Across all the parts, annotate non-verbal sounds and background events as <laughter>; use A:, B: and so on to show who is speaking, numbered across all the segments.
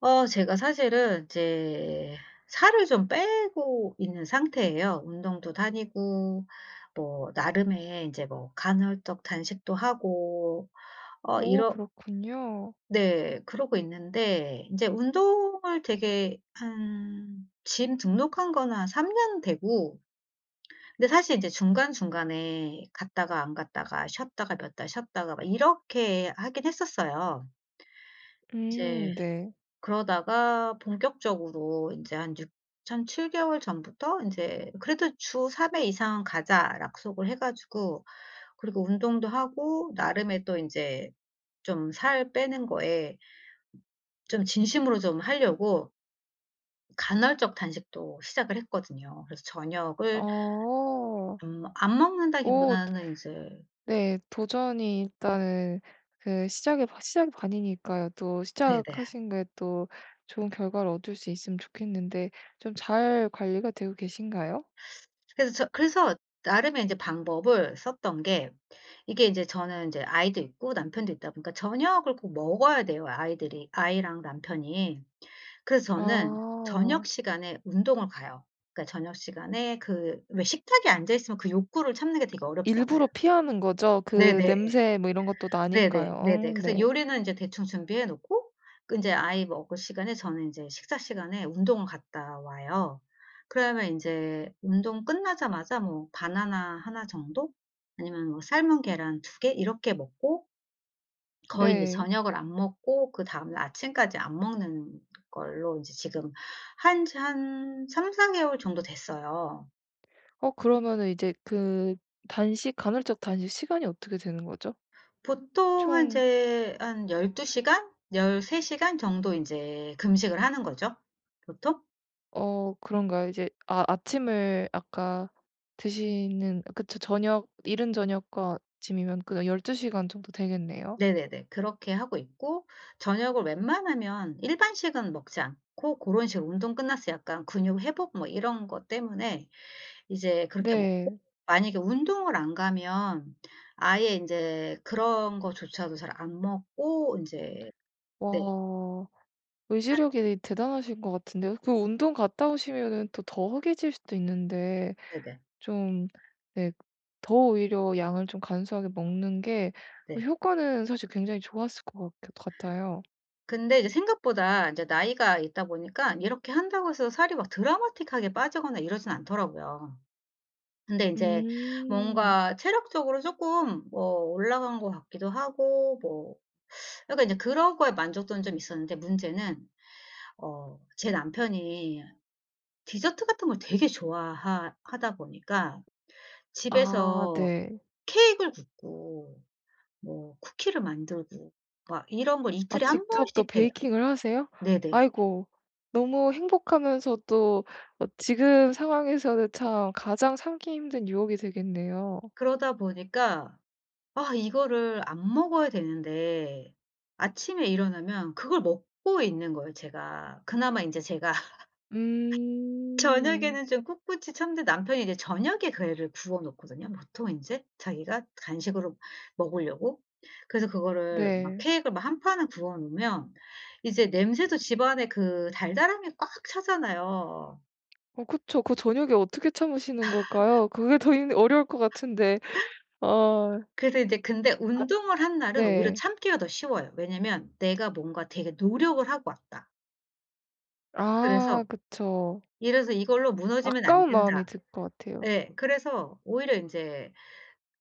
A: 제가 사실은 이제 살을 좀 빼고 있는 상태예요. 운동도 다니고, 뭐 나름의 이제 뭐 간헐적 단식도 하고, 어
B: 오,
A: 이러
B: 그렇군요.
A: 네, 그러고 있는데 이제 운동을 되게 한 짐 등록한 거는 한 3년 되고, 근데 사실 이제 중간중간에 갔다가 안 갔다가 쉬었다가 몇 달 쉬었다가 막 이렇게 하긴 했었어요. 이제
B: 음, 네.
A: 그러다가 본격적으로 인제 한 6 한 7 개월 전부터 인제 그래도 주 3회 이상 가자 약속을 해 가지고, 그리고 운동도 하고 나름의 또 인제 좀 살 빼는 거에 좀 진심으로 좀 하려고 간헐적 단식도 시작을 했거든요. 그래서 저녁을
B: 어.
A: 안
B: 오.
A: 먹는다기보다는 인제,
B: 네, 도전이 일단은 그 시작의 바 시작이 반이니까요. 또
A: 네네.
B: 시작하신 게 또 좋은 결과를 얻을 수 있으면 좋겠는데 좀 잘 관리가 되고 계신가요?
A: 그래서 나름의 인제 방법을 썼던 게, 이게 인제 저는 인제 아이도 있고 남편도 있다 보니까 저녁을 꼭 먹어야 돼요, 아이들이 아이랑 남편이. 그래서 저는 저녁
B: 아.
A: 시간에 운동을 가요. 그러니까 저녁 시간에 그 왜 식탁에 앉아 있으면 그 욕구를 참는 게 되게 어렵잖아요.
B: 일부러 피하는 거죠? 그
A: 네네.
B: 냄새 뭐 이런 것도 나니까요.
A: 네네. 네네.
B: 어,
A: 그래서
B: 네.
A: 요리는 이제 대충 준비해 놓고, 그 인제 아이 먹을 시간에 저는 인제 식사 시간에 운동을 갔다 와요. 그러면 인제 운동 끝나자마자 뭐 바나나 하나 정도, 아니면 뭐 삶은 계란 2개 이렇게 먹고 거의 인제
B: 네.
A: 저녁을 안 먹고 그다음날 아침까지 안 먹는 걸로 인제 지금 한 지 한 3-4 개월 정도 됐어요.
B: 어, 그러면은 이제 그 단식 간헐적 단식 시간이 어떻게 되는 거죠?
A: 보통 한
B: 총.
A: 이제 한 12 시간, 13 시간 정도 인제 금식을 하는 거죠, 보통.
B: 어, 그런가요? 이제 아, 아침을 아까 드시는 그쵸. 저녁 이른 저녁과 아침이면 그 12시간 시간 정도 되겠네요.
A: 네네네. 그렇게 하고 있고, 저녁을 웬만하면 일반식은 먹지 않고 고런 식으로 운동 끝났서 약간 근육 회복 뭐 이런 것 때문에 이제 그렇게 뭐,
B: 네.
A: 만약에 운동을 안 가면 아예 인제 그런 거조차도 잘 안 먹고 인제. 네.
B: 와, 의지력이 대단하신 것 같은데요. 그 운동 갔다 오시면은 또 더 허기질 수도 있는데
A: 네네.
B: 좀, 네, 더 오히려 양을 좀 간소하게 먹는 게
A: 네.
B: 효과는 사실 굉장히 좋았을 것 같 같아요.
A: 근데 이제 생각보다 이제 나이가 있다 보니까 이렇게 한다고 해서 살이 막 드라마틱하게 빠지거나 이러진 않더라고요. 근데 인제
B: 음.
A: 뭔가 체력적으로 쪼끔 뭐 올라간 것 같기도 하고, 뭐 약간 이제 그런 거에 만족도는 좀 있었는데, 문제는 제 남편이 디저트 같은 걸 되게 좋아하 하다 보니까
B: 아,
A: 집에서
B: 네.
A: 케이크를 굽고 뭐 쿠키를 만들고 막 이런 걸
B: 아,
A: 이틀에 한
B: 직접 또
A: 번씩 해요.
B: 베이킹을 하세요?
A: 네네.
B: 아이고, 너무 행복하면서도 어 지금 상황에서는 참 가장 참기 힘든 유혹이 되겠네요.
A: 그러다 보니까, 아, 이거를 안 먹어야 되는데 아침에 일어나면 그걸 먹고 있는 거예요, 제가. 그나마 이제 제가 <laughs>
B: 음.
A: 저녁에는 좀 꿋꿋이 참는데, 남편이 이제 저녁에 그 애를 구워 놓거든요, 보통 이제 자기가 간식으로 먹으려고. 그래서 그거를 막
B: 네.
A: 케익을 막한 판을 구워 놓으면 이제 냄새도 집안에 그 달달함이 꽉 차잖아요.
B: 어, 그쵸. 그 저녁에 어떻게 참으시는 걸까요? 그게 더 힘 어려울 것 같은데. 어.
A: 그래서 이제 근데
B: 아,
A: 운동을 한 날은 오히려
B: 네.
A: 참기가 더 쉬워요. 왜냐면 내가 뭔가 되게 노력을 하고 왔다.
B: 아,
A: 그래서
B: 그쵸.
A: 이래서 '이걸로 무너지면 안
B: 아까운
A: 된다.'
B: 마음이 들 것 같아요.
A: 예. 그래서 오히려 인제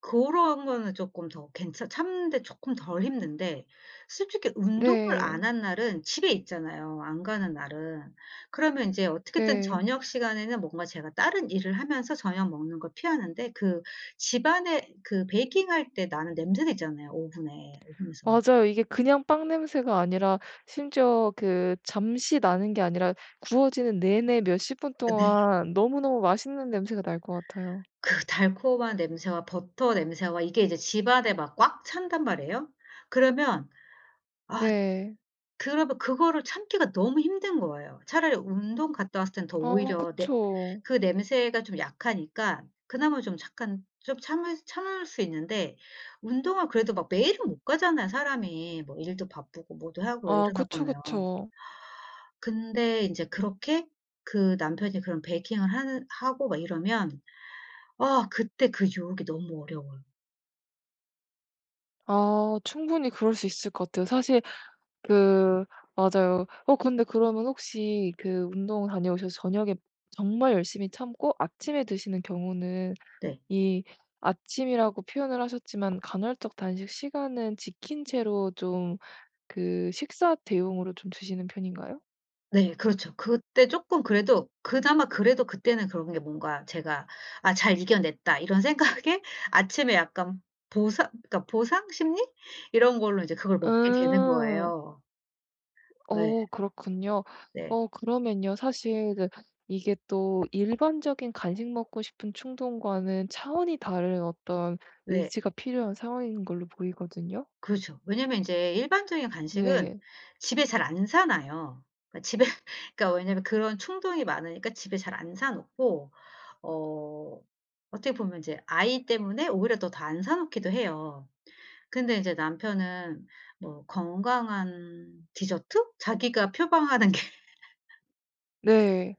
A: 고런 거는 쪼끔 더 괜찮 참는데, 쪼끔 덜 힘든데, 솔직히 운동을
B: 네.
A: 안 한 날은 집에 있잖아요, 안 가는 날은. 그러면 인제 어떻게든
B: 네.
A: 저녁 시간에는 뭔가 제가 다른 일을 하면서 저녁 먹는 걸 피하는데, 그 집안에 그 베이킹할 때 나는 냄새 나잖아요, 오븐에. 오븐에서 막.
B: 맞아요. 이게 그냥 빵 냄새가 아니라 심지어 그 잠시 나는 게 아니라 구워지는 내내 몇십 분
A: 아, 네. <laughs>
B: 동안 너무너무 맛있는 냄새가 날 것 같아요.
A: 그 달콤한 냄새와 버터 냄새와 이게 이제 집안에 막 꽉 찬단 말이에요. 그러면 '아,
B: 네.
A: 그러면 그거를 참기가 너무 힘든 거예요. 차라리 운동 갔다 왔을 땐 더
B: 아,
A: 오히려 내
B: 그쵸.
A: 그 냄새가 좀 약하니까 그나마 좀 약간 좀 참을 수 있는데, 운동을 그래도 막 매일은 못 가잖아요, 사람이. 뭐 일도 바쁘고 뭐도 하고
B: 아,
A: 이러다
B: 그쵸,
A: 보면.
B: 그쵸.
A: 근데 인제 그렇게 그 남편이 그런 베이킹을 하는 하고 막 이러면, 아 그때 그 유혹이 너무 어려워요.
B: 아, 충분히 그럴 수 있을 것 같아요. 사실 그, 맞아요. 어, 근데 그러면 혹시 그 운동 다녀오셔서 저녁에 정말 열심히 참고 아침에 드시는 경우는
A: 네.
B: 이 아침이라고 표현을 하셨지만 간헐적 단식 시간은 지킨 채로 좀 그 식사 대용으로 좀 드시는 편인가요?
A: 네, 그렇죠. 그때 쪼끔 그래도 그나마 그래도 그때는 그런 게 뭔가 제가 '아, 잘 이겨냈다.' 이런 <laughs> 생각에 아침에 약간 보상, 그러니까 보상 심리 이런 걸로 이제 그걸 먹게 되는
B: 음.
A: 거예요. 예.
B: 어, 그렇군요.
A: 네.
B: 어, 그러면요 사실 그 이게 또 일반적인 간식 먹고 싶은 충동과는 차원이 다른 어떤
A: 네.
B: 의지가 필요한 상황인 걸로 보이거든요.
A: 그렇죠. 왜냐면 인제 일반적인 간식은
B: 네.
A: 집에 잘 안 사놔요. 그러니까 집에 <laughs> 그러니까 왜냐면 그런 충동이 많으니까 집에 잘 안 사 놓고, 어 어떻게 보면 이제 아이 때문에 오히려 더 안 사 놓기도 해요. 근데 이제 남편은 뭐 건강한 디저트? 자기가 표방하는 게.
B: 네.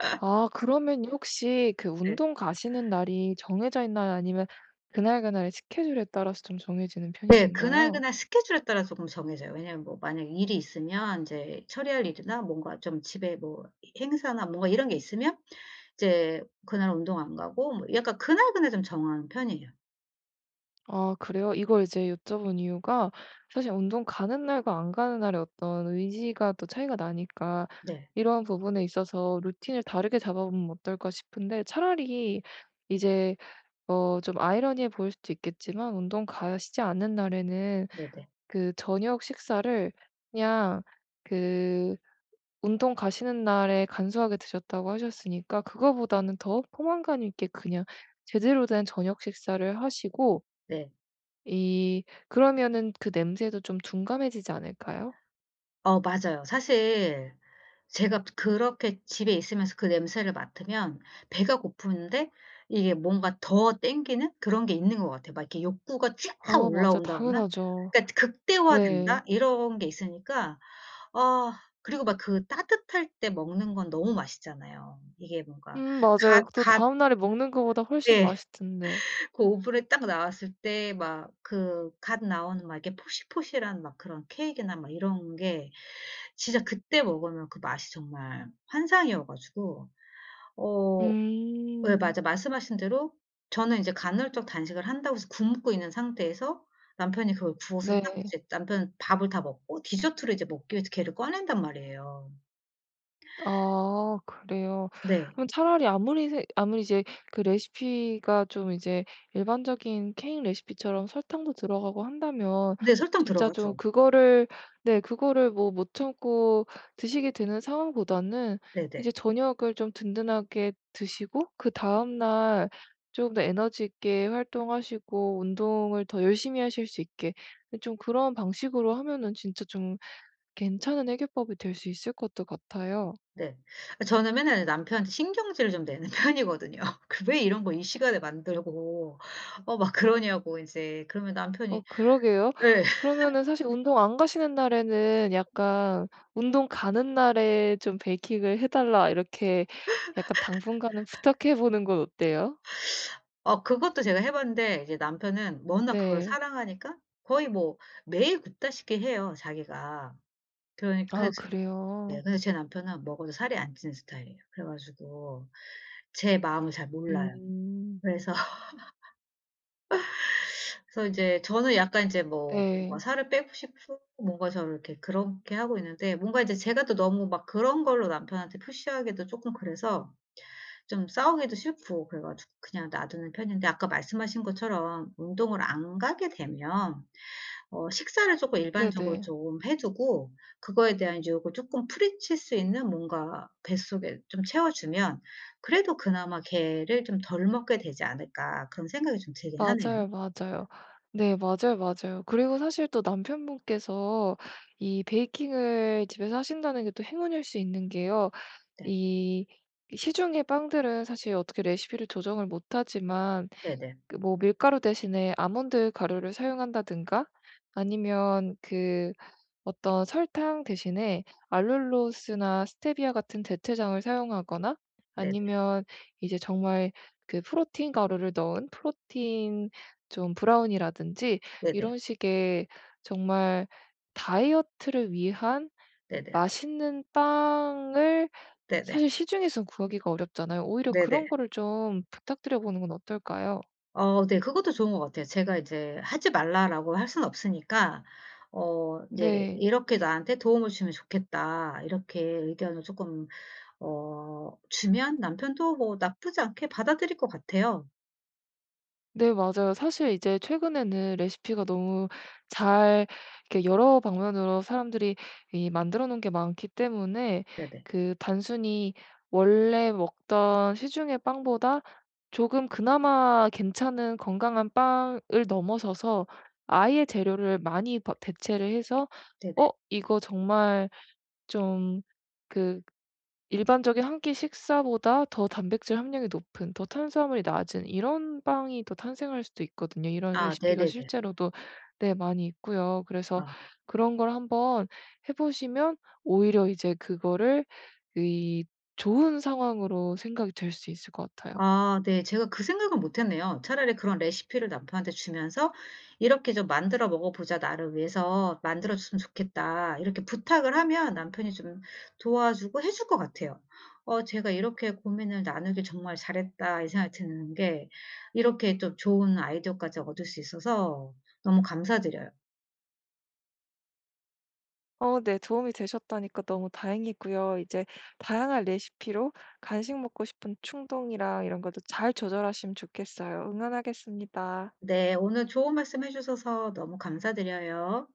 A: <laughs>
B: 아, 그러면 혹시 그
A: 네.
B: 운동 가시는 날이 정해져 있나요? 아니면 그날그날의 스케줄에 따라서 좀 정해지는
A: 네.
B: 편이신가요?
A: 그날그날 스케줄에 따라 조금 정해져요. 왜냐하면 뭐 만약에 일이 있으면 인제 처리할 일이나 뭔가 좀 집에 뭐 행사나 뭔가 이런 게 있으면 이제 그날 운동 안 가고 뭐 약간 그날그날 좀 정하는 편이에요.
B: 아, 그래요? 이걸 이제 여쭤본 이유가 사실 운동 가는 날과 안 가는 날의 어떤 의지가 또 차이가 나니까
A: 네.
B: 이러한 부분에 있어서 루틴을 다르게 잡아보면 어떨까 싶은데 차라리 이제 어, 좀 아이러니해 보일 수도 있겠지만 운동 가시지 않는 날에는
A: 네네. 네.
B: 그 저녁 식사를 그냥 그 운동 가시는 날에 간소하게 드셨다고 하셨으니까 그거보다는 더 포만감 있게 그냥 제대로 된 저녁 식사를 하시고
A: 네.
B: 이 그러면은 그 냄새도 좀 둔감해지지 않을까요?
A: 맞아요. 사실 제가 그렇게 집에 있으면서 그 냄새를 맡으면 배가 고프는데 이게 뭔가 더 땡기는 그런 게 있는 것 같아요. 막 이렇게 욕구가 쫙
B: 어, 맞아.
A: 올라온다거나,
B: 당연하죠.
A: 그러니까
B: 네.
A: 극대화된다, 이런 게 있으니까. 아, 그리고 막 그 따뜻할 때 먹는 건 너무 맛있잖아요. 이게 뭔가
B: 음,
A: 갓
B: 맞아요. 또
A: 갓
B: 다음 날에 먹는 거보다 훨씬
A: 예.
B: 맛있던데.
A: <laughs> 그 오븐에 딱 나왔을 때 막 그 갓 나오는 막 이렇게 포실포실한 막 그런 케익이나 막 이런 게, 진짜 그때 먹으면 그 맛이 정말 환상이어 가지고. 어 예,
B: 음.
A: 맞아. 말씀하신 대로 저는 이제 간헐적 단식을 한다고 해서 굶고 있는 상태에서 남편이 그걸 구워서 딱
B: 네.
A: 이제 남편 밥을 다 먹고 디저트로 이제 먹기 위해서 걔를 꺼낸단 말이에요.
B: 아, 그래요.
A: 네.
B: 그럼 차라리 아무리 이제 그 레시피가 좀 이제 일반적인 케이크 레시피처럼 설탕도 들어가고 한다면
A: 네, 설탕
B: 진짜 좀
A: 들어가죠.
B: 그거를, 네, 그거를 뭐 못 참고 드시게 되는 상황보다는
A: 네네. 네.
B: 이제 저녁을 좀 든든하게 드시고 그다음 날 조금 더 에너지 있게 활동하시고 운동을 더 열심히 하실 수 있게 좀 그런 방식으로 하면은 진짜 좀 괜찮은 해결법이 될 수 있을 것도 같아요.
A: 네. 저는 맨날 남편한테 신경질을 좀 내는 편이거든요. <laughs> 그 "왜 이런 거 이 시간에 만들고 막 그러냐."고. 이제 그러면
B: 어,
A: 남편이.
B: 그러게요.
A: 네.
B: 그러면은 사실 운동 안 가시는 날에는 약간 "운동 가는 날에 좀 베이킹을 해 달라." 이렇게 약간 당분간은 부탁해 보는 건 어때요?
A: 그것도 제가 해 봤는데 이제 남편은 뭐 워낙 그걸
B: 네.
A: 사랑하니까 거의 뭐 매일 굽다시피 해요, 자기가. 그러니 근데
B: 아,
A: 제. 네,
B: 그래요?
A: 근데 제 남편은 먹어도 살이 안 찌는 스타일이에요. 그래 가지고 제 마음을 잘 몰라요.
B: 음.
A: 그래서 <laughs> 그래서 이제 저는 약간 이제 뭐 뭔가
B: 네.
A: 살을 빼고 싶고 뭔가 저를 이렇게 그렇게 하고 있는데, 뭔가 이제 제가 또 너무 막 그런 걸로 남편한테 푸시하기도 쪼끔 그래서 좀 싸우기도 싫고 그래 가지고 그냥 놔두는 편인데, 아까 말씀하신 것처럼 운동을 안 가게 되면 식사를 쪼끔 일반적으로
B: 네네.
A: 좀 해 두고 그거에 대한 유혹을 쪼끔 풀이칠 수 있는 뭔가 뱃속에 좀 채워 주면 그래도 그나마 '걔를 좀 덜 먹게 되지 않을까.' 그런 생각이 좀 들긴 하네요.
B: 맞아요, 맞아요. 네, 맞아요, 맞아요. 그리고 사실 또 남편분께서 이 베이킹을 집에서 하신다는 게 또 행운일 수 있는 게요.
A: 네.
B: 이 시중의 빵들은 사실 어떻게 레시피를 조정을 못 하지만
A: 네네.
B: 그뭐 밀가루 대신에 아몬드 가루를 사용한다든가 아니면 그 어떤 설탕 대신에 알룰로스나 스테비아 같은 대체장을 사용하거나
A: 네네.
B: 아니면 이제 정말 그 프로틴 가루를 넣은 프로틴 좀 브라운이라든지
A: 네네.
B: 이런 식의 정말 다이어트를 위한
A: 네네.
B: 맛있는 빵을
A: 네네.
B: 사실 시중에서 구하기가 어렵잖아요. 오히려
A: 네네.
B: 그런 거를 좀 부탁드려 보는 건 어떨까요?
A: 네, 그것도 좋은 것 같아요. 제가 이제 "하지 말라."라고 할 수는 없으니까 이제
B: 네.
A: "이렇게 나한테 도움을 주면 좋겠다." 이렇게 의견을 쪼끔 주면 남편도 뭐 나쁘지 않게 받아들일 것 같아요.
B: 네, 맞아요. 사실 이제 최근에는 레시피가 너무 잘 이렇게 여러 방면으로 사람들이 이 만들어 놓은 게 많기 때문에
A: 네네.
B: 그 단순히 원래 먹던 시중의 빵보다 조금 그나마 괜찮은 건강한 빵을 넘어서서 아예 재료를 많이 대체를 해서 어,
A: 네네.
B: 이거 정말 좀그 일반적인 한 끼 식사보다 더 단백질 함량이 높은 더 탄수화물이 낮은 이런 빵이 또 탄생할 수도 있거든요. 이런
A: 아,
B: 레시피가
A: 네네네.
B: 실제로도, 네, 많이 있고요. 그래서
A: 아.
B: 그런 걸 한번 해 보시면 오히려 이제 그거를 이 좋은 상황으로 생각이 될 수 있을 것 같아요.
A: 아, 네. 제가 그 생각은 못 했네요. 차라리 그런 레시피를 남편한테 주면서 "이렇게 좀 만들어 먹어 보자. 나를 위해서 만들어 줬으면 좋겠다." 이렇게 부탁을 하면 남편이 좀 도와주고 해줄 것 같아요. 제가 이렇게 고민을 나누길 정말 잘했다, 이 생각이 드는 게 이렇게 좀 좋은 아이디어까지 얻을 수 있어서 너무 감사드려요.
B: 어, 네. 도움이 되셨다니까 너무 다행이고요. 이제 다양한 레시피로 간식 먹고 싶은 충동이랑 이런 것도 잘 조절하시면 좋겠어요. 응원하겠습니다.
A: 네. 오늘 좋은 말씀 해 주셔서 너무 감사드려요.